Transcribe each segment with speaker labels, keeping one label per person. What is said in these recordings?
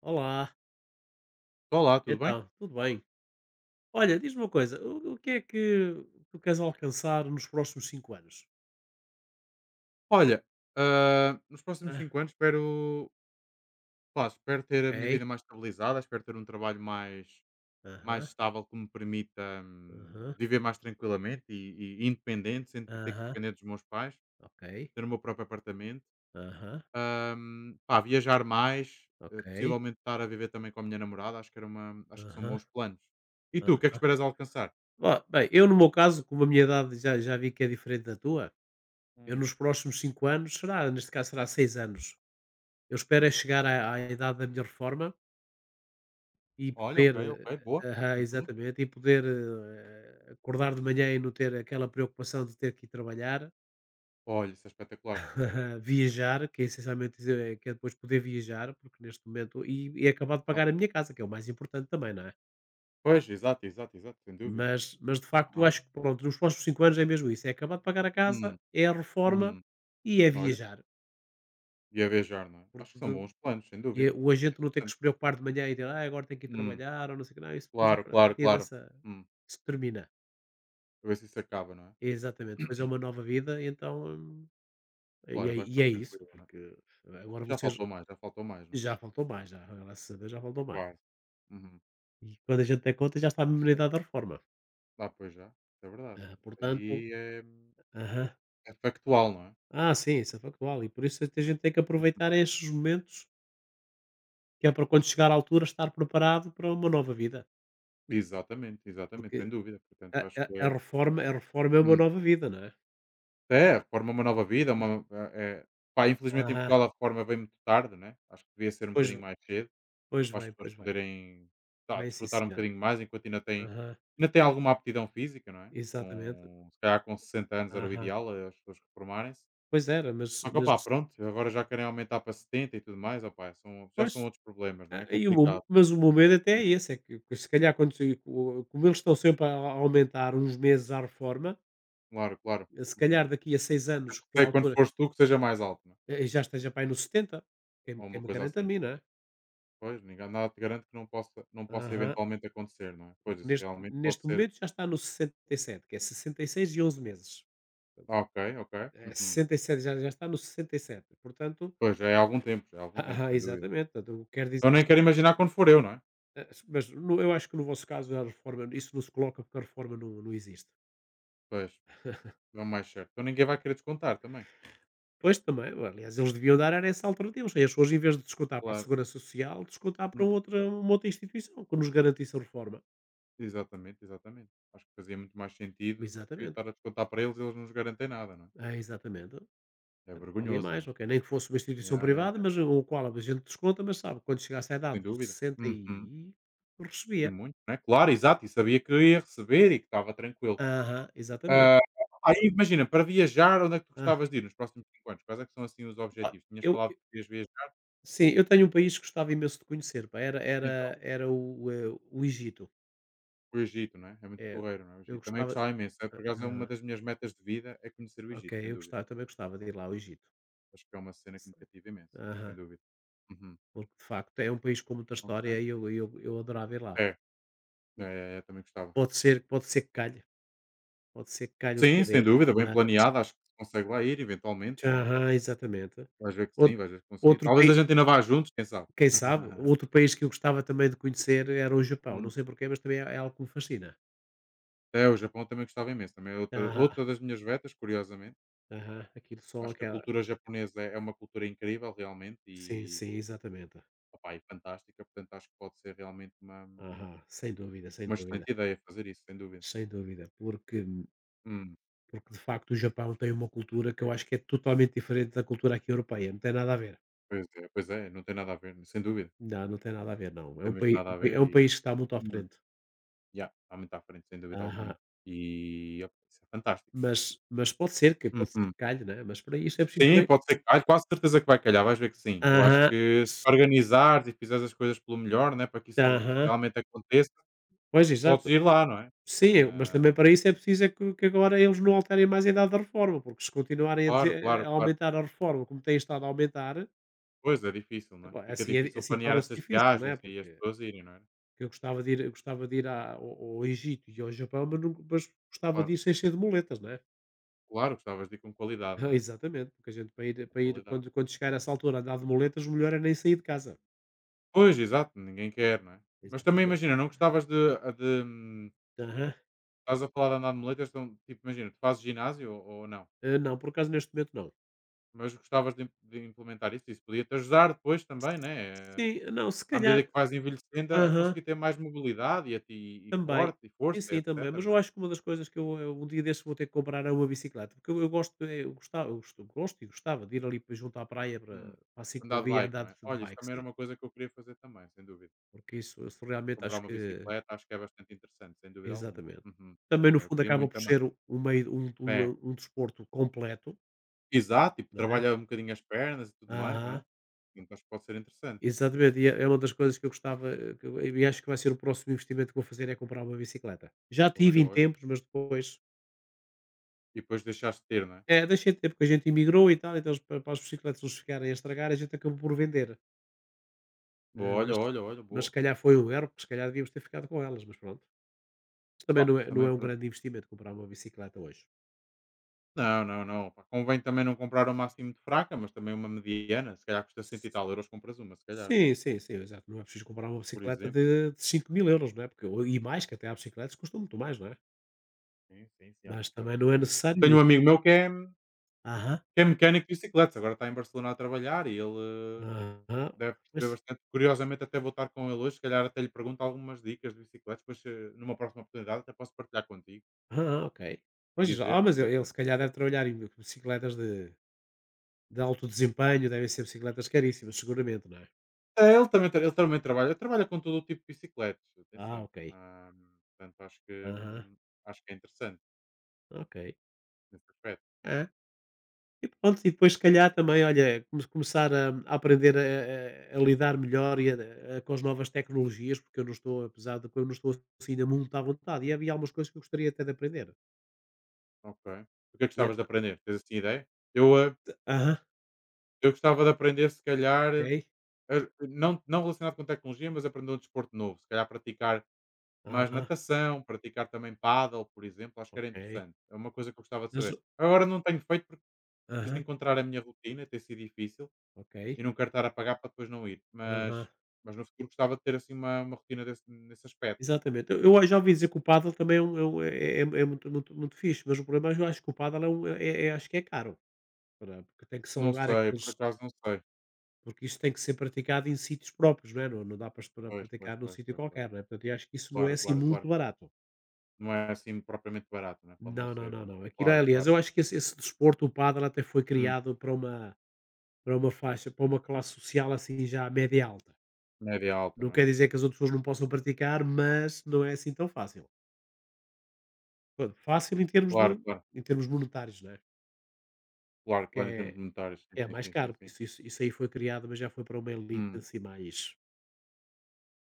Speaker 1: Olá,
Speaker 2: Olá, tudo bem?
Speaker 1: então, tudo bem? Olha, diz-me uma coisa, o que é que tu queres alcançar nos próximos 5 anos?
Speaker 2: Olha, nos próximos
Speaker 1: Ah,
Speaker 2: 5 anos espero, pá, espero ter a minha
Speaker 1: ok.
Speaker 2: vida mais estabilizada, espero ter um trabalho mais
Speaker 1: Aham,
Speaker 2: estável que me permita
Speaker 1: aham,
Speaker 2: viver mais tranquilamente e independente, sem ter que
Speaker 1: aham,
Speaker 2: depender dos meus pais,
Speaker 1: ok.
Speaker 2: ter o meu próprio apartamento.
Speaker 1: Aham,
Speaker 2: Pá, viajar mais,
Speaker 1: ok.
Speaker 2: possivelmente estar a viver também com a minha namorada, acho que era uma, acho que são
Speaker 1: Aham,
Speaker 2: bons planos. E tu, o que é que
Speaker 1: aham.
Speaker 2: esperas alcançar?
Speaker 1: Ó, bem, eu no meu caso, como a minha idade já vi que é diferente da tua, eu
Speaker 2: Hum.
Speaker 1: nos próximos 5 anos, será, neste caso será 6 anos, eu espero é chegar à idade da minha reforma. E
Speaker 2: Olha,
Speaker 1: poder,
Speaker 2: ok, ok, boa.
Speaker 1: aham,
Speaker 2: Uhum.
Speaker 1: exatamente, e poder, acordar de manhã e não ter aquela preocupação de ter que ir trabalhar,
Speaker 2: Olha, isso é espetacular.
Speaker 1: viajar, que é essencialmente isso, é que é depois poder viajar, porque neste momento e acabar de
Speaker 2: Claro.
Speaker 1: pagar a minha casa, que é o mais importante também, não é?
Speaker 2: Pois, exato, exato, exato, sem dúvida.
Speaker 1: Mas de facto
Speaker 2: Aham.
Speaker 1: acho que, pronto, nos próximos 5 anos é mesmo isso, é acabar de pagar a casa,
Speaker 2: Hum,
Speaker 1: é a reforma
Speaker 2: uhum.
Speaker 1: e é
Speaker 2: Olha,
Speaker 1: viajar,
Speaker 2: ia viajar, não é? Acho
Speaker 1: porque
Speaker 2: que
Speaker 1: de
Speaker 2: são bons planos, sem dúvida.
Speaker 1: o agente não tem que
Speaker 2: Portanto,
Speaker 1: se preocupar de manhã e dizer: "Ai, agora tenho que ir
Speaker 2: hum,
Speaker 1: trabalhar" ou não sei o quê. Não, isso depois
Speaker 2: claro,
Speaker 1: a
Speaker 2: claro,
Speaker 1: partir
Speaker 2: claro.
Speaker 1: dessa
Speaker 2: Hum,
Speaker 1: se termina.
Speaker 2: a ver se isso acaba, não é?
Speaker 1: Exatamente, pois é uma nova vida, então, e
Speaker 2: Claro, e
Speaker 1: é
Speaker 2: vai
Speaker 1: e
Speaker 2: estar
Speaker 1: é isso,
Speaker 2: tranquilo, não é?
Speaker 1: porque agora vocês
Speaker 2: Já faltou mais, não é?
Speaker 1: já faltou mais, já, graças a Deus já faltou
Speaker 2: Está
Speaker 1: mais.
Speaker 2: quase. Uhum.
Speaker 1: E quando a gente der conta já está a na da reforma.
Speaker 2: Ah, pois já, isso é verdade.
Speaker 1: Ah,
Speaker 2: Isso
Speaker 1: portanto,
Speaker 2: aí é,
Speaker 1: aham.
Speaker 2: é factual, não é?
Speaker 1: Ah, sim, isso é factual e por isso a gente tem que aproveitar estes momentos, que é para quando chegar à altura estar preparado para uma nova vida,
Speaker 2: Exatamente, exatamente,
Speaker 1: porque
Speaker 2: sem dúvida.
Speaker 1: a
Speaker 2: Portanto, acho
Speaker 1: a
Speaker 2: que
Speaker 1: a
Speaker 2: é.
Speaker 1: reforma, a reforma é uma
Speaker 2: Hum.
Speaker 1: nova vida, não é?
Speaker 2: É, a reforma é uma nova vida. É, é- Pá, infelizmente em
Speaker 1: Aham,
Speaker 2: Portugal a reforma vem muito tarde, né? Acho que devia ser um
Speaker 1: pois
Speaker 2: bocadinho mais cedo.
Speaker 1: pois
Speaker 2: Para as
Speaker 1: vai,
Speaker 2: pessoas
Speaker 1: pois vai.
Speaker 2: poderem, tá,
Speaker 1: Vai, sim
Speaker 2: desfrutar um
Speaker 1: senhora.
Speaker 2: bocadinho mais enquanto
Speaker 1: Aham,
Speaker 2: ainda têm alguma aptidão física, não é?
Speaker 1: exatamente.
Speaker 2: Com, se calhar com 60 anos era o
Speaker 1: Aham.
Speaker 2: ideal, as pessoas reformarem-se.
Speaker 1: Pois era, mas
Speaker 2: Só que,
Speaker 1: mas
Speaker 2: opá, pronto, agora já querem aumentar para 70 e tudo mais, opá, são, já
Speaker 1: pois.
Speaker 2: são outros problemas, não é?
Speaker 1: Ah,
Speaker 2: É
Speaker 1: e o meu,
Speaker 2: complicado.
Speaker 1: mas o meu medo até é esse, é que se calhar quando se co como eles estão sempre a aumentar uns meses à reforma,
Speaker 2: Claro, claro.
Speaker 1: se
Speaker 2: Uhum.
Speaker 1: calhar daqui a 6 anos, que é a
Speaker 2: Sei quando
Speaker 1: altura,
Speaker 2: fores tu que seja mais alto, não é?
Speaker 1: já esteja para aí no setenta. quem me
Speaker 2: Ou
Speaker 1: quem
Speaker 2: uma
Speaker 1: me
Speaker 2: coisa
Speaker 1: garante a
Speaker 2: assim.
Speaker 1: mim, não é?
Speaker 2: Pois, ninguém, nada te garante que não possa, não possa
Speaker 1: Aham.
Speaker 2: eventualmente acontecer, não é? Pois,
Speaker 1: Porque
Speaker 2: isso
Speaker 1: neste
Speaker 2: realmente
Speaker 1: neste
Speaker 2: pode ser.
Speaker 1: momento já está no 67, que é 66 anos e 11 meses.
Speaker 2: Ah, ok, ok.
Speaker 1: É
Speaker 2: Uhum.
Speaker 1: 67, já está no 67, portanto,
Speaker 2: Pois, já é há algum tempo, já é há algum tempo,
Speaker 1: ah,
Speaker 2: sem dúvida.
Speaker 1: exatamente, portanto quer
Speaker 2: Eu
Speaker 1: dizer que,
Speaker 2: nem quero imaginar quando for eu, não é?
Speaker 1: mas eu acho que no vosso caso a reforma isso não se coloca porque a reforma não existe.
Speaker 2: Pois, é o mais certo. Então ninguém vai querer descontar também.
Speaker 1: Pois também, aliás, eles deviam dar era essa alternativa, ou seja, as pessoas em vez de descontar para a
Speaker 2: Claro.
Speaker 1: Segurança Social, descontar para
Speaker 2: Não descontar.
Speaker 1: outra, uma outra instituição que nos garantisse a reforma.
Speaker 2: Exatamente, exatamente. Acho que fazia muito mais sentido do que
Speaker 1: Exatamente,
Speaker 2: estar a descontar para eles e eles não nos garantem nada, não é?
Speaker 1: é, exatamente.
Speaker 2: É
Speaker 1: Portanto, valia
Speaker 2: vergonhoso, não
Speaker 1: mais, ok, nem que fosse uma
Speaker 2: é?
Speaker 1: instituição
Speaker 2: Yeah, yeah,
Speaker 1: privada,
Speaker 2: yeah,
Speaker 1: mas o qual a gente desconta, mas sabe, quando chegasse à
Speaker 2: sem
Speaker 1: idade dos
Speaker 2: dúvida.
Speaker 1: 60
Speaker 2: Uhum.
Speaker 1: e eu
Speaker 2: E
Speaker 1: recebia.
Speaker 2: muito, né? Claro, exato. E sabia que ia receber e que estava tranquilo.
Speaker 1: Aham, exatamente.
Speaker 2: Aí imagina, para viajar, onde é que tu
Speaker 1: Ah,
Speaker 2: gostavas de ir nos próximos 5 anos? Quais é que são assim os
Speaker 1: pá,
Speaker 2: objetivos? Tinhas falado que querias viajar,
Speaker 1: sim, eu tenho um país que gostava imenso de conhecer, pá, era,
Speaker 2: então,
Speaker 1: era, era o Egito.
Speaker 2: o Egito, não é? É muito
Speaker 1: É,
Speaker 2: porreiro, não é? O
Speaker 1: eu
Speaker 2: Egito. Também eu
Speaker 1: gostava,
Speaker 2: gostava imenso. É,
Speaker 1: ah,
Speaker 2: por acaso é uma
Speaker 1: ah,
Speaker 2: das minhas metas de vida, é conhecer o
Speaker 1: ok,
Speaker 2: Egito, sem
Speaker 1: eu
Speaker 2: dúvida.
Speaker 1: gostava, também gostava de ir lá ao Egito.
Speaker 2: Acho que é uma cena que me
Speaker 1: Sei.
Speaker 2: cativa imenso, sem
Speaker 1: Aham.
Speaker 2: dúvida. Uhum.
Speaker 1: Porque de facto é um país com muita
Speaker 2: Ok.
Speaker 1: história e eu adorava ir lá.
Speaker 2: É, é, é, é, também gostava.
Speaker 1: Pode ser que calhe, pode ser que calhe um dia
Speaker 2: Sim, sem
Speaker 1: destes,
Speaker 2: dúvida, bem
Speaker 1: mas.
Speaker 2: planeado, acho que se consegue lá ir eventualmente, não é?
Speaker 1: Aham, exatamente.
Speaker 2: Vais ver que sim,
Speaker 1: Outro,
Speaker 2: vais ver que consegui.
Speaker 1: outro
Speaker 2: Talvez
Speaker 1: país,
Speaker 2: a gente ainda vá juntos, quem sabe?
Speaker 1: quem sabe, outro país que eu gostava também de conhecer era o Japão. Não
Speaker 2: Hum.
Speaker 1: sei porquê, mas também é, é algo que me fascina.
Speaker 2: É, o Japão também gostava imenso, também é outra,
Speaker 1: Aham,
Speaker 2: outra das minhas vetas, curiosamente.
Speaker 1: aham, aquilo só
Speaker 2: Acho que a
Speaker 1: aquela.
Speaker 2: cultura japonesa é uma cultura incrível, realmente,
Speaker 1: Sim,
Speaker 2: e,
Speaker 1: sim, exatamente.
Speaker 2: opá, e fantástica, portanto acho que pode ser realmente
Speaker 1: Aham, sem dúvida, sem
Speaker 2: uma
Speaker 1: dúvida,
Speaker 2: excelente ideia fazer isso, sem dúvida.
Speaker 1: sem dúvida, porque,
Speaker 2: Hum,
Speaker 1: porque de facto o Japão tem uma cultura que eu acho que é totalmente diferente da cultura aqui europeia, não tem nada a ver.
Speaker 2: pois é, não tem nada a ver, sem dúvida,
Speaker 1: Não, não tem nada a ver, não.
Speaker 2: não tem mesmo nada a
Speaker 1: É
Speaker 2: ver.
Speaker 1: um país que está muito à
Speaker 2: Uhum.
Speaker 1: frente.
Speaker 2: Yeah, está muito à frente, sem dúvida
Speaker 1: Aham.
Speaker 2: alguma. E opa, isso é fantástico, não é?
Speaker 1: Mas pode ser que
Speaker 2: Uhum.
Speaker 1: calhe, né, mas para isso é preciso
Speaker 2: Sim,
Speaker 1: também,
Speaker 2: pode ser que caia, quase certeza que vai calhar, vais ver que sim. Eu acho
Speaker 1: aham,
Speaker 2: que
Speaker 1: s
Speaker 2: se organizares e fizeres as coisas pelo melhor, né, para que isso
Speaker 1: aham.
Speaker 2: realmente aconteça,
Speaker 1: Pois,
Speaker 2: podes
Speaker 1: exato.
Speaker 2: ir lá, não é?
Speaker 1: Sim, mas também
Speaker 2: Ahm,
Speaker 1: para isso é preciso é que agora eles não alterem mais a idade da reforma, porque se continuarem a
Speaker 2: claro,
Speaker 1: dizer
Speaker 2: claro,
Speaker 1: a
Speaker 2: claro.
Speaker 1: aumentar a reforma como tem estado a aumentar,
Speaker 2: Pois é difícil, não é?
Speaker 1: epá,
Speaker 2: Fica
Speaker 1: é
Speaker 2: difícil
Speaker 1: assim,
Speaker 2: planear
Speaker 1: torna-se
Speaker 2: essas
Speaker 1: difícil, não é,
Speaker 2: viagens e as
Speaker 1: porque
Speaker 2: pessoas irem, não é?
Speaker 1: eu gostava de ir a ao Egito e ao Japão, mas não, mas gostava de
Speaker 2: Claro,
Speaker 1: ir sem ser de muletas, não é?
Speaker 2: claro, gostavas de ir com qualidade,
Speaker 1: Ah,
Speaker 2: não é?
Speaker 1: exatamente, porque a gente
Speaker 2: Com
Speaker 1: para ir
Speaker 2: qualidade.
Speaker 1: quando chegar a essa altura a andar de moletas, o melhor é nem sair de casa.
Speaker 2: Pois, exato, ninguém quer, não é? Mas também
Speaker 1: Exatamente.
Speaker 2: imagina, não gostavas
Speaker 1: Aham.
Speaker 2: estás a falar de andar de muletas, então, tipo, imagina, tu fazes ginásio ou não?
Speaker 1: Ah, não, por acaso neste momento não.
Speaker 2: Mas gostavas de implementar isso? Isso podia-te ajudar depois também, né?
Speaker 1: Sim, não, se
Speaker 2: À medida
Speaker 1: calhar,
Speaker 2: que vais envelhecendo, a
Speaker 1: aham,
Speaker 2: conseguir ter mais mobilidade e, a ti, e
Speaker 1: também.
Speaker 2: forte, e
Speaker 1: Sim,
Speaker 2: força,
Speaker 1: sim, também,
Speaker 2: etc,
Speaker 1: mas
Speaker 2: não
Speaker 1: eu
Speaker 2: é?
Speaker 1: acho que uma das coisas que eu um dia destes vou ter que comprar é uma bicicleta, porque eu gosto, eu gostava eu gosto gosto e gostava de ir ali para junto à praia
Speaker 2: Hum.
Speaker 1: para a
Speaker 2: Andar de
Speaker 1: ciclovia
Speaker 2: bike,
Speaker 1: andar
Speaker 2: não é?
Speaker 1: de
Speaker 2: Olha, isso
Speaker 1: bike,
Speaker 2: também era
Speaker 1: sim,
Speaker 2: uma coisa que eu queria fazer também, sem dúvida.
Speaker 1: porque isso realmente
Speaker 2: Comprar
Speaker 1: acho
Speaker 2: uma
Speaker 1: que,
Speaker 2: bicicleta, acho que é bastante interessante, sem dúvida alguma.
Speaker 1: exatamente.
Speaker 2: Uhum.
Speaker 1: Também no
Speaker 2: É, eu
Speaker 1: fundo
Speaker 2: queria
Speaker 1: acaba
Speaker 2: muito
Speaker 1: por
Speaker 2: também.
Speaker 1: ser um um meio um
Speaker 2: É,
Speaker 1: um um desporto completo,
Speaker 2: exato, tipo,
Speaker 1: não é?
Speaker 2: trabalha um bocadinho as pernas e tudo mais, não
Speaker 1: Aham.
Speaker 2: é? Então acho que pode ser interessante.
Speaker 1: Exatamente, e é é uma das coisas que eu gostava, e acho que vai ser o próximo investimento que vou fazer é comprar uma bicicleta. Já tive
Speaker 2: Olha,
Speaker 1: em
Speaker 2: olha.
Speaker 1: tempos, mas depois
Speaker 2: E depois deixaste de ter, não é?
Speaker 1: é, deixei de ter, porque a gente imigrou e tal, então eles, pa para as bicicletas nos ficarem a estragar, a gente acabou por vender. Eh, mas
Speaker 2: Olha, olha, olha,
Speaker 1: mas
Speaker 2: boa.
Speaker 1: se calhar foi um erro, porque se calhar devíamos ter ficado com elas, mas pronto. Mas
Speaker 2: Bom,
Speaker 1: também
Speaker 2: mas
Speaker 1: não
Speaker 2: também
Speaker 1: é um
Speaker 2: pronto.
Speaker 1: grande investimento comprar uma bicicleta hoje.
Speaker 2: Não, não, não. Pá, convém também não comprar o máximo de fraca, mas também uma mediana. Se calhar custa cento e tal euros, compras uma, se calhar, não é?
Speaker 1: Sim, sim, sim, exato. Não é preciso comprar uma
Speaker 2: Por
Speaker 1: bicicleta
Speaker 2: exemplo.
Speaker 1: de 5000 euros, não é? Porque, e mais, que até há bicicletas que custam muito mais, não é?
Speaker 2: Sim, sim, sim. Há
Speaker 1: Mas também
Speaker 2: bicicletas
Speaker 1: não é
Speaker 2: que. Eu
Speaker 1: necessário
Speaker 2: tenho um
Speaker 1: isso.
Speaker 2: amigo meu que
Speaker 1: Aham.
Speaker 2: é mecânico de bicicletas, agora está em Barcelona a trabalhar e ele,
Speaker 1: Aham,
Speaker 2: deve perceber
Speaker 1: mas
Speaker 2: bastante. Curiosamente, até vou estar com ele hoje, se calhar até lhe pergunto algumas dicas de bicicletas, depois, numa próxima oportunidade até posso partilhar contigo
Speaker 1: ah, ok.
Speaker 2: e
Speaker 1: Pois, ah,
Speaker 2: dizer-te,
Speaker 1: mas ele
Speaker 2: dizer-te
Speaker 1: ele
Speaker 2: umas
Speaker 1: se calhar
Speaker 2: dicas.
Speaker 1: deve trabalhar em bicicletas de alto desempenho, devem ser bicicletas caríssimas, seguramente, não é?
Speaker 2: É, ele trabalha com todo o tipo de bicicletas,
Speaker 1: Ah,
Speaker 2: atenção.
Speaker 1: ok.
Speaker 2: Portanto
Speaker 1: Aham,
Speaker 2: acho que é interessante
Speaker 1: ok.
Speaker 2: nesse aspecto.
Speaker 1: É. E pronto, e depois se calhar também, olha, começar a aprender a lidar melhor e a com as novas tecnologias, porque eu não estou, apesar de que eu não estou assim na muito à vontade, e havia algumas coisas que eu gostaria até de aprender.
Speaker 2: Ok. O que é que
Speaker 1: E
Speaker 2: gostavas de
Speaker 1: entã
Speaker 2: aprender? Tens assim ideia? Eu,
Speaker 1: aham,
Speaker 2: eu gostava de aprender se calhar,
Speaker 1: ok.
Speaker 2: não relacionado com tecnologia, mas aprender um desporto novo. Se calhar praticar mais
Speaker 1: Aham,
Speaker 2: natação, praticar também paddle, por exemplo, acho que era
Speaker 1: ok.
Speaker 2: interessante. É uma coisa que eu gostava de
Speaker 1: Mas,
Speaker 2: saber. Agora não tenho feito porque preciso de
Speaker 1: aham,
Speaker 2: encontrar a minha rotina, tem sido difícil.
Speaker 1: ok.
Speaker 2: E não quero estar a pagar para depois não ir.
Speaker 1: Aham.
Speaker 2: Mas no futuro gostava de ter assim uma rotina desse, nesse aspecto, né?
Speaker 1: Exatamente. Eu já ouvi dizer que o pádel também é muito muito muito fixe, mas o problema é que eu acho que o pádel é, acho que é caro, para porque tem que se
Speaker 2: Não
Speaker 1: alugar
Speaker 2: sei, por
Speaker 1: aqueles,
Speaker 2: acaso não sei.
Speaker 1: porque isso tem que ser praticado em sítios próprios, não é? Não dá para se
Speaker 2: Pois, pois,
Speaker 1: praticar num
Speaker 2: pois,
Speaker 1: sítio
Speaker 2: pois, pois.
Speaker 1: qualquer, não é? Portanto, eu acho que isso não é
Speaker 2: Claro,
Speaker 1: assim
Speaker 2: claro,
Speaker 1: muito
Speaker 2: claro.
Speaker 1: barato.
Speaker 2: Não é assim propriamente barato, né? Pode não
Speaker 1: Não, não,
Speaker 2: ser,
Speaker 1: não,
Speaker 2: né?
Speaker 1: não. Aquilo é,
Speaker 2: Claro,
Speaker 1: aliás,
Speaker 2: claro.
Speaker 1: eu acho que esse desporto, o pádel, até foi
Speaker 2: Hum,
Speaker 1: criado para uma, para uma faixa para uma classe social, assim, já média alta.
Speaker 2: média alta,
Speaker 1: Não
Speaker 2: não é?
Speaker 1: quer dizer que as outras pessoas não possam praticar, mas não é assim tão fácil. Pronto, fácil em termos
Speaker 2: Claro,
Speaker 1: de
Speaker 2: claro.
Speaker 1: em termos monetários, não é?
Speaker 2: Claro,
Speaker 1: Que
Speaker 2: claro, em termos
Speaker 1: é
Speaker 2: monetários.
Speaker 1: é a
Speaker 2: Sim,
Speaker 1: mais
Speaker 2: sim, sim,
Speaker 1: caro,
Speaker 2: sim,
Speaker 1: porque
Speaker 2: sim.
Speaker 1: isso aí foi criado, mas já foi para uma elite
Speaker 2: Hum.
Speaker 1: assim mais,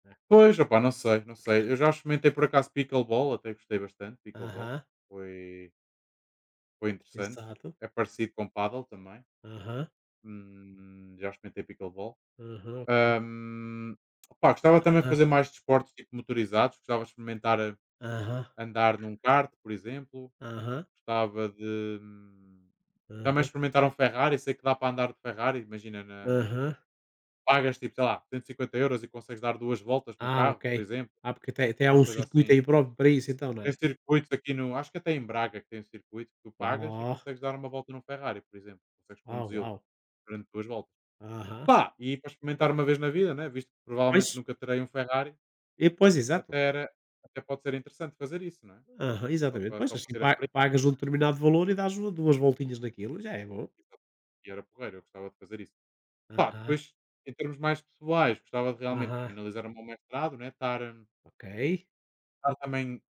Speaker 1: né.
Speaker 2: Pois, opá, não sei, não sei. Eu já experimentei por acaso pickleball, até gostei bastante. Pickleball
Speaker 1: Aham.
Speaker 2: foi, foi interessante.
Speaker 1: Exato.
Speaker 2: É parecido com paddle também.
Speaker 1: Aham,
Speaker 2: Já experimentei pickleball.
Speaker 1: aham,
Speaker 2: Ahm, opá, gostava também de
Speaker 1: aham,
Speaker 2: fazer mais desportos tipo motorizados, gostava de experimentar,
Speaker 1: aham,
Speaker 2: andar num kart, por exemplo,
Speaker 1: aham,
Speaker 2: gostava de também
Speaker 1: aham,
Speaker 2: experimentar um Ferrari, sei que dá para andar de Ferrari, imagina,
Speaker 1: aham.
Speaker 2: pagas tipo, sei lá, 150 euros e consegues dar duas voltas no
Speaker 1: Ah,
Speaker 2: carro,
Speaker 1: ok.
Speaker 2: por exemplo,
Speaker 1: Ah, porque até há
Speaker 2: uma
Speaker 1: um
Speaker 2: coisa
Speaker 1: circuito
Speaker 2: assim.
Speaker 1: aí próprio para isso então, não
Speaker 2: Tem
Speaker 1: é?
Speaker 2: circuitos aqui no, acho que até em Braga que tem um circuito que tu pagas e
Speaker 1: Oh,
Speaker 2: consegues dar uma volta num Ferrari, por exemplo, consegues
Speaker 1: oh,
Speaker 2: conduzi-lo
Speaker 1: uau.
Speaker 2: durante duas voltas.
Speaker 1: Aham.
Speaker 2: Pá, e para experimentar uma vez na vida, né? Visto que
Speaker 1: Pois,
Speaker 2: provavelmente nunca terei um Ferrari,
Speaker 1: exato.
Speaker 2: até era até pode ser interessante fazer isso, não é?
Speaker 1: Aham,
Speaker 2: Só
Speaker 1: exatamente.
Speaker 2: para
Speaker 1: Pois,
Speaker 2: só para
Speaker 1: assim
Speaker 2: ter a
Speaker 1: pa
Speaker 2: experiência.
Speaker 1: pagas um determinado valor e dás uma duas voltinhas naquilo, já é bom.
Speaker 2: E era porreiro, eu gostava de fazer isso. Pá,
Speaker 1: Aham,
Speaker 2: depois, em termos mais pessoais, gostava de realmente
Speaker 1: aham,
Speaker 2: finalizar o meu mestrado, né? Estar,
Speaker 1: ok.
Speaker 2: estar também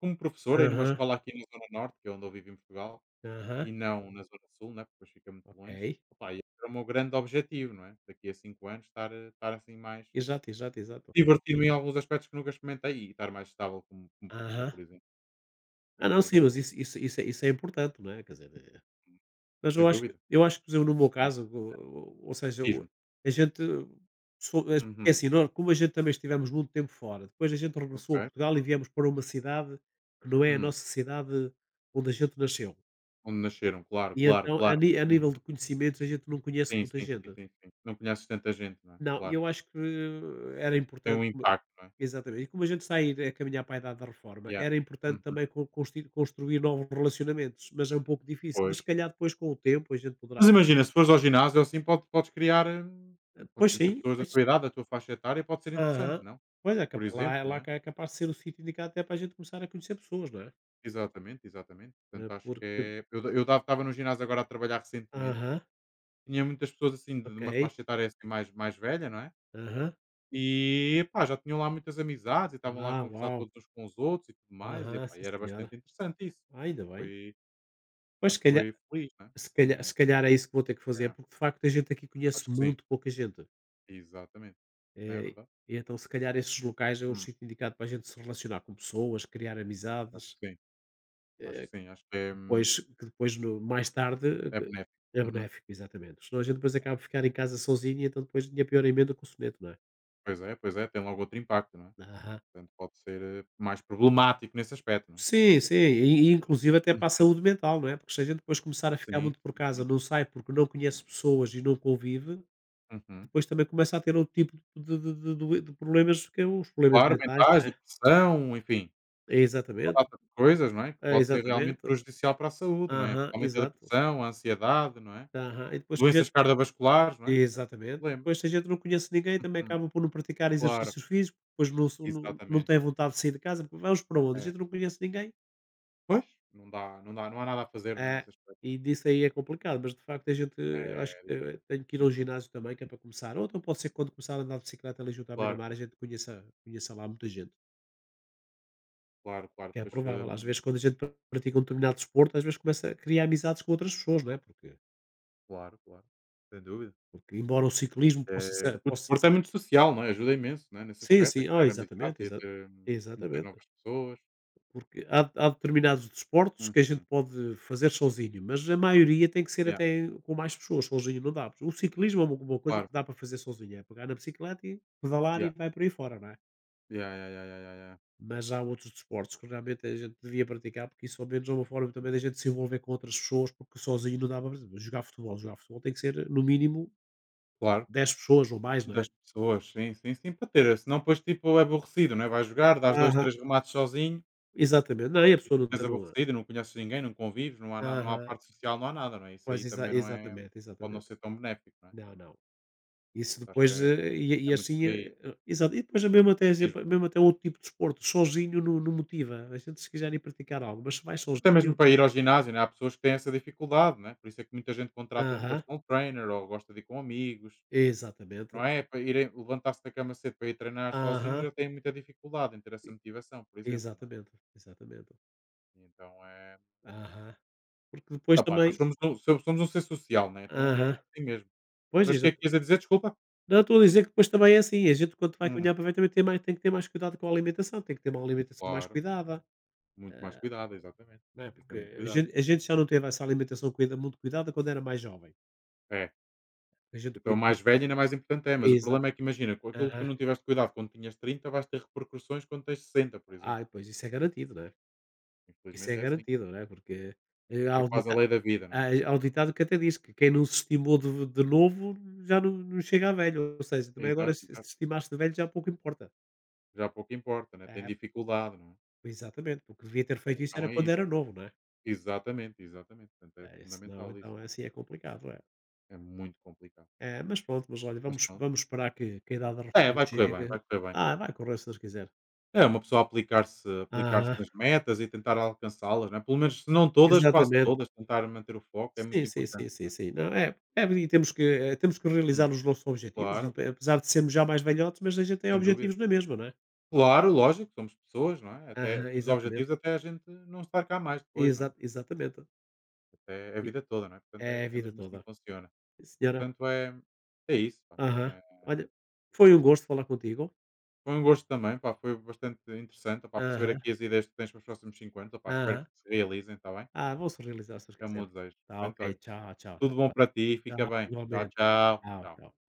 Speaker 2: como professor aí numa
Speaker 1: Aham,
Speaker 2: escola aqui na Zona Norte, que é onde eu vivo em Portugal,
Speaker 1: aham,
Speaker 2: e não na Zona Sul, né? Porque depois fica muito longe.
Speaker 1: ok.
Speaker 2: Opa, e era o meu grande objetivo, não é? Daqui a 5 anos, estar, estar assim mais.
Speaker 1: Exato, exato, exato.
Speaker 2: Divertir-me em alguns aspectos que nunca experimentei e estar mais estável como, como professor,
Speaker 1: Aham.
Speaker 2: por exemplo, que
Speaker 1: Ah,
Speaker 2: era
Speaker 1: não,
Speaker 2: uma
Speaker 1: sim,
Speaker 2: ideia
Speaker 1: mas
Speaker 2: boa.
Speaker 1: isso é importante, não é, quer dizer, eh, mas
Speaker 2: Sem dúvida.
Speaker 1: eu acho que, por exemplo, no meu
Speaker 2: Muito.
Speaker 1: caso, o, ou seja, o,
Speaker 2: Diz-me.
Speaker 1: a gente sou é, é
Speaker 2: Uhum.
Speaker 1: assim, nó, como a gente também estivemos muito tempo fora, depois a gente regressou a
Speaker 2: Ok.
Speaker 1: Portugal e viemos para uma cidade que não é a
Speaker 2: Hum,
Speaker 1: nossa cidade onde a gente nasceu.
Speaker 2: onde nasceram, claro,
Speaker 1: E
Speaker 2: claro,
Speaker 1: então,
Speaker 2: claro.
Speaker 1: a
Speaker 2: Hum,
Speaker 1: nível de conhecimentos, a gente não conhece
Speaker 2: sim,
Speaker 1: muita
Speaker 2: sim, sim,
Speaker 1: gente.
Speaker 2: sim, sim. Não conheces tanta gente, não é?
Speaker 1: Não, e
Speaker 2: Claro.
Speaker 1: eu acho que era
Speaker 2: Tem
Speaker 1: importante,
Speaker 2: um impacto, não é?
Speaker 1: exatamente. E como a gente sair a caminhar para a idade da reforma,
Speaker 2: Yeah.
Speaker 1: era importante
Speaker 2: Uhum,
Speaker 1: também construir novos relacionamentos, mas é um pouco difícil. Mas se
Speaker 2: pois.
Speaker 1: calhar depois com o tempo a gente poderá.
Speaker 2: Mas imagina, se fores ao ginásio assim, pode, podes criar, podes
Speaker 1: Pois
Speaker 2: conhecer
Speaker 1: sim,
Speaker 2: pessoas da
Speaker 1: pois.
Speaker 2: tua idade, da tua faixa etária, pode ser interessante,
Speaker 1: Aham.
Speaker 2: não?
Speaker 1: Pois é,
Speaker 2: Por exemplo, não
Speaker 1: lá
Speaker 2: é?
Speaker 1: que é capaz de ser o sítio indicado até para a gente começar a conhecer pessoas, não é?
Speaker 2: Exatamente, exatamente.
Speaker 1: Eh,
Speaker 2: Portanto, acho que
Speaker 1: porque.
Speaker 2: é. Eu estava no ginásio agora a trabalhar recentemente,
Speaker 1: Aham,
Speaker 2: tinha muitas pessoas assim de
Speaker 1: ok.
Speaker 2: uma faixa etária assim mais, mais velha, não é?
Speaker 1: Aham.
Speaker 2: E epá, já tinham lá muitas amizades e estavam lá a
Speaker 1: Ah,
Speaker 2: conversar
Speaker 1: uau.
Speaker 2: todos uns com os outros e tudo mais, e
Speaker 1: Aham,
Speaker 2: epá,
Speaker 1: sim
Speaker 2: e era
Speaker 1: senhora.
Speaker 2: bastante interessante isso.
Speaker 1: Ah, ainda bem.
Speaker 2: Foi,
Speaker 1: Pois se
Speaker 2: acho que
Speaker 1: calhar,
Speaker 2: foi feliz, né? Uhum,
Speaker 1: é isso que vou ter que fazer,
Speaker 2: é,
Speaker 1: porque de facto a gente aqui conhece
Speaker 2: acho que sim,
Speaker 1: muito pouca gente.
Speaker 2: exatamente. Não é
Speaker 1: Eh,
Speaker 2: verdade?
Speaker 1: e então, se calhar, esses locais é o
Speaker 2: Hum,
Speaker 1: sítio indicado para a gente se relacionar com pessoas, criar
Speaker 2: acho
Speaker 1: amizades,
Speaker 2: que sim, acho
Speaker 1: eh,
Speaker 2: que sim, acho que é,
Speaker 1: que depois no, mais tarde,
Speaker 2: é
Speaker 1: eh,
Speaker 2: benéfico.
Speaker 1: é
Speaker 2: Uhum,
Speaker 1: benéfico, exatamente. Senão a gente depois acaba de ficar em casa sozinho e então depois tinha pior emenda com o soneto, não é?
Speaker 2: pois é, pois é, tem logo outro impacto, não é?
Speaker 1: Aham.
Speaker 2: Portanto, pode ser, mais problemático nesse aspecto, não é?
Speaker 1: Sim, sim, e inclusive até
Speaker 2: Hum.
Speaker 1: para a saúde mental, não é? Porque se a gente depois começar a ficar
Speaker 2: Sim,
Speaker 1: muito por
Speaker 2: sim,
Speaker 1: casa,
Speaker 2: sim.
Speaker 1: não sai porque não conhece pessoas e não convive,
Speaker 2: Uhum.
Speaker 1: depois também começa a ter outro tipo de problemas, que é os problemas
Speaker 2: Claro,
Speaker 1: mentais,
Speaker 2: mentais,
Speaker 1: não é?
Speaker 2: depressão, enfim,
Speaker 1: É,
Speaker 2: uma
Speaker 1: exatamente,
Speaker 2: data de coisas, não é? Que
Speaker 1: é,
Speaker 2: pode ser realmente
Speaker 1: exatamente,
Speaker 2: prejudicial para a saúde, não é?
Speaker 1: aham,
Speaker 2: Principalmente a
Speaker 1: exato.
Speaker 2: depressão, a ansiedade, não é?
Speaker 1: Aham. E depois tem
Speaker 2: Doenças
Speaker 1: gente
Speaker 2: cardiovasculares, não é? É um
Speaker 1: exatamente.
Speaker 2: problema.
Speaker 1: Depois tem gente não conhece ninguém, também
Speaker 2: Uhum.
Speaker 1: acaba por não praticar
Speaker 2: Claro,
Speaker 1: exercícios físicos, depois não se não não
Speaker 2: exatamente.
Speaker 1: tem vontade de sair de casa, porque vamos para onde? A
Speaker 2: É.
Speaker 1: gente não conhece ninguém.
Speaker 2: Pois, não dá, não dá, não há nada a fazer, não é?
Speaker 1: É,
Speaker 2: Nesse aspecto,
Speaker 1: e
Speaker 2: não é?
Speaker 1: disso aí é complicado, mas de facto a gente, eu acho que
Speaker 2: É
Speaker 1: te
Speaker 2: difícil.
Speaker 1: tenho que ir ao
Speaker 2: Uhum.
Speaker 1: ginásio também, que é para começar, ou então pode ser que quando começar a andar de bicicleta ali junto à
Speaker 2: Claro,
Speaker 1: beira-mar, a gente conheça lá muita gente,
Speaker 2: claro, claro.
Speaker 1: que é
Speaker 2: Pois,
Speaker 1: provável. Às vezes quando a gente pratica um determinado desporto, às vezes começa a criar amizades com outras pessoas, não é, porque
Speaker 2: claro, claro. Sem dúvida.
Speaker 1: porque embora o ciclismo possa ser
Speaker 2: O
Speaker 1: possa
Speaker 2: desporto é muito social, não é? Ajuda imenso, não é? Nesse
Speaker 1: sim,
Speaker 2: aspecto, a
Speaker 1: sim. Ah,
Speaker 2: criar amizades
Speaker 1: exatamente,
Speaker 2: e a ter, conhecer
Speaker 1: exatamente.
Speaker 2: novas pessoas.
Speaker 1: Porque há determinados desportos que a gente
Speaker 2: Uhum.
Speaker 1: pode fazer sozinho, mas a maioria tem que ser
Speaker 2: Yeah,
Speaker 1: até com mais pessoas, sozinho não dá. O ciclismo é uma coisa
Speaker 2: claro.
Speaker 1: que dá para fazer sozinho, é pegar na bicicleta e pedalar e
Speaker 2: Yeah.
Speaker 1: vai por aí fora, não é?
Speaker 2: Yeah, yeah, yeah, yeah, yeah, yeah.
Speaker 1: Mas há outros desportos que realmente a gente devia praticar, porque isso ao menos é uma forma também da gente se envolver com outras pessoas, porque sozinho não dá para fazer. Jogar futebol. Jogar futebol tem que ser no mínimo
Speaker 2: Claro.
Speaker 1: 10 pessoas ou mais, não é?
Speaker 2: Das pessoas, sim, sim, sim, para ter, senão depois tipo é aborrecido, não é? Vais jogar, dás 2,
Speaker 1: Aham,
Speaker 2: 3 remates sozinho
Speaker 1: exatamente. Não, e a
Speaker 2: e
Speaker 1: pessoa não
Speaker 2: ficas
Speaker 1: está no.
Speaker 2: aborrecido, não conheces ninguém, não convives, não há
Speaker 1: Aham,
Speaker 2: parte social, não há nada, não é? Isso
Speaker 1: pois
Speaker 2: aí também não é,
Speaker 1: exatamente,
Speaker 2: pode não
Speaker 1: exatamente.
Speaker 2: ser tão benéfico, não é?
Speaker 1: Não, não. Isso
Speaker 2: Então, acho que
Speaker 1: depois,
Speaker 2: é,
Speaker 1: e
Speaker 2: é muito
Speaker 1: assim,
Speaker 2: por aí
Speaker 1: exato, e depois mesmo até
Speaker 2: mesmo.
Speaker 1: exemplo, mesmo até outro tipo de desporto, sozinho não motiva, a gente se quiser ir praticar algo, mas se vai
Speaker 2: Até mesmo
Speaker 1: sozinho
Speaker 2: para ir ao ginásio, né, há pessoas que têm essa dificuldade, né? Por isso é que muita gente contrata um
Speaker 1: aham,
Speaker 2: personal trainer ou gosta de ir com amigos,
Speaker 1: exatamente,
Speaker 2: não é? Para irem levantar-se da cama cedo para ir treinar sozinho
Speaker 1: aham,
Speaker 2: já têm muita dificuldade em ter essa motivação, por
Speaker 1: e
Speaker 2: exemplo, não é?
Speaker 1: exatamente, exatamente,
Speaker 2: E então é.
Speaker 1: aham, porque depois
Speaker 2: Ah pá,
Speaker 1: também
Speaker 2: nós somos um ser social, né, então
Speaker 1: aham,
Speaker 2: é assim mesmo.
Speaker 1: pois
Speaker 2: Mas o que é
Speaker 1: exato.
Speaker 2: que ias a dizer, desculpa?
Speaker 1: Não, estou a dizer que depois também é assim, a gente quando vai caminhar
Speaker 2: Hum,
Speaker 1: para ver também tem que ter mais cuidado com a alimentação, tem que ter uma alimentação mais
Speaker 2: claro,
Speaker 1: cuidada,
Speaker 2: muito mais
Speaker 1: eh,
Speaker 2: cuidado, exatamente.
Speaker 1: não é,
Speaker 2: Preciso ter
Speaker 1: porque
Speaker 2: muito
Speaker 1: a
Speaker 2: cuidado.
Speaker 1: gente a gente já não teve essa alimentação cuida muito cuidada quando era mais jovem,
Speaker 2: É,
Speaker 1: a gente
Speaker 2: então
Speaker 1: comia
Speaker 2: mais velho ainda é mais importante é, mas o problema é que imagina, com aquilo que tu
Speaker 1: aham.
Speaker 2: não tiveste cuidado quando tinhas 30 vais ter repercussões quando tens 60 por exemplo.
Speaker 1: Ah, pois isso é garantido, né? Isso é
Speaker 2: Infelizmente é assim.
Speaker 1: garantido, né? Porque, eh, há
Speaker 2: É
Speaker 1: o
Speaker 2: quase a
Speaker 1: dita
Speaker 2: lei da vida, não
Speaker 1: há
Speaker 2: é?
Speaker 1: há o ditado que até diz que quem não se estimou de novo já não chega a velho, ou seja, também agora
Speaker 2: Exato,
Speaker 1: se te
Speaker 2: exato.
Speaker 1: estimaste de velho já pouco importa.
Speaker 2: Já pouco importa, né, tem
Speaker 1: É,
Speaker 2: dificuldade, não é?
Speaker 1: exatamente, porque devia ter feito isso era
Speaker 2: Então é
Speaker 1: quando
Speaker 2: isso.
Speaker 1: era novo, né?
Speaker 2: Exatamente, exatamente. Portanto é
Speaker 1: É? Senão
Speaker 2: fundamental isso,
Speaker 1: então é
Speaker 2: não
Speaker 1: assim, é complicado, é.
Speaker 2: é? É muito complicado.
Speaker 1: É, mas pronto, mas olha,
Speaker 2: Mas
Speaker 1: vamos
Speaker 2: pronto.
Speaker 1: vamos esperar que a idade da
Speaker 2: É,
Speaker 1: reforma
Speaker 2: vai correr
Speaker 1: chegue.
Speaker 2: bem, vai correr bem.
Speaker 1: Ah, vai correr se Deus quiser.
Speaker 2: É, uma pessoa aplicar-se
Speaker 1: Aham,
Speaker 2: nas metas e tentar alcançá-las, não é? Pelo menos se não todas, quase
Speaker 1: exatamente.
Speaker 2: todas, tentar manter o foco é muito
Speaker 1: Sim, sim, sim,
Speaker 2: importante,
Speaker 1: sim,
Speaker 2: não é?
Speaker 1: sim. Não, é e temos que, temos que realizar
Speaker 2: Hum.
Speaker 1: os nossos objetivos, e
Speaker 2: Claro,
Speaker 1: eh, apesar de sermos já mais velhotes, mas a gente tem
Speaker 2: sem dúvida.
Speaker 1: objetivos na mesma, não é?
Speaker 2: Claro, lógico, somos pessoas, não é? Até
Speaker 1: Aham,
Speaker 2: temos
Speaker 1: exatamente.
Speaker 2: objetivos até a gente não estar cá mais depois, não é?
Speaker 1: Exatamente.
Speaker 2: Até a
Speaker 1: E
Speaker 2: vida toda, não é? Portanto, é,
Speaker 1: é a
Speaker 2: é
Speaker 1: vida
Speaker 2: mesmo assim
Speaker 1: toda.
Speaker 2: que funciona.
Speaker 1: Sim senhora.
Speaker 2: Portanto, é, é isso, pá.
Speaker 1: Aham.
Speaker 2: É,
Speaker 1: Olha, foi um gosto falar contigo.
Speaker 2: foi um gosto também, pá, foi bastante interessante, pá, perceber
Speaker 1: Aham,
Speaker 2: aqui as ideias que tens para os próximos 5 anos, pá, espero que
Speaker 1: aham.
Speaker 2: se realizem, está bem?
Speaker 1: Ah, vão se realizar se Deus
Speaker 2: É o meu
Speaker 1: quiser.
Speaker 2: desejo.
Speaker 1: Tá
Speaker 2: Portanto,
Speaker 1: ok,
Speaker 2: olha,
Speaker 1: tchau, tchau, até
Speaker 2: tudo
Speaker 1: à
Speaker 2: bom para
Speaker 1: próxima.
Speaker 2: ti, fica
Speaker 1: Tchau,
Speaker 2: bem. Tchau,
Speaker 1: igualmente.
Speaker 2: tchau.
Speaker 1: Tchau,
Speaker 2: Tchau.
Speaker 1: tchau.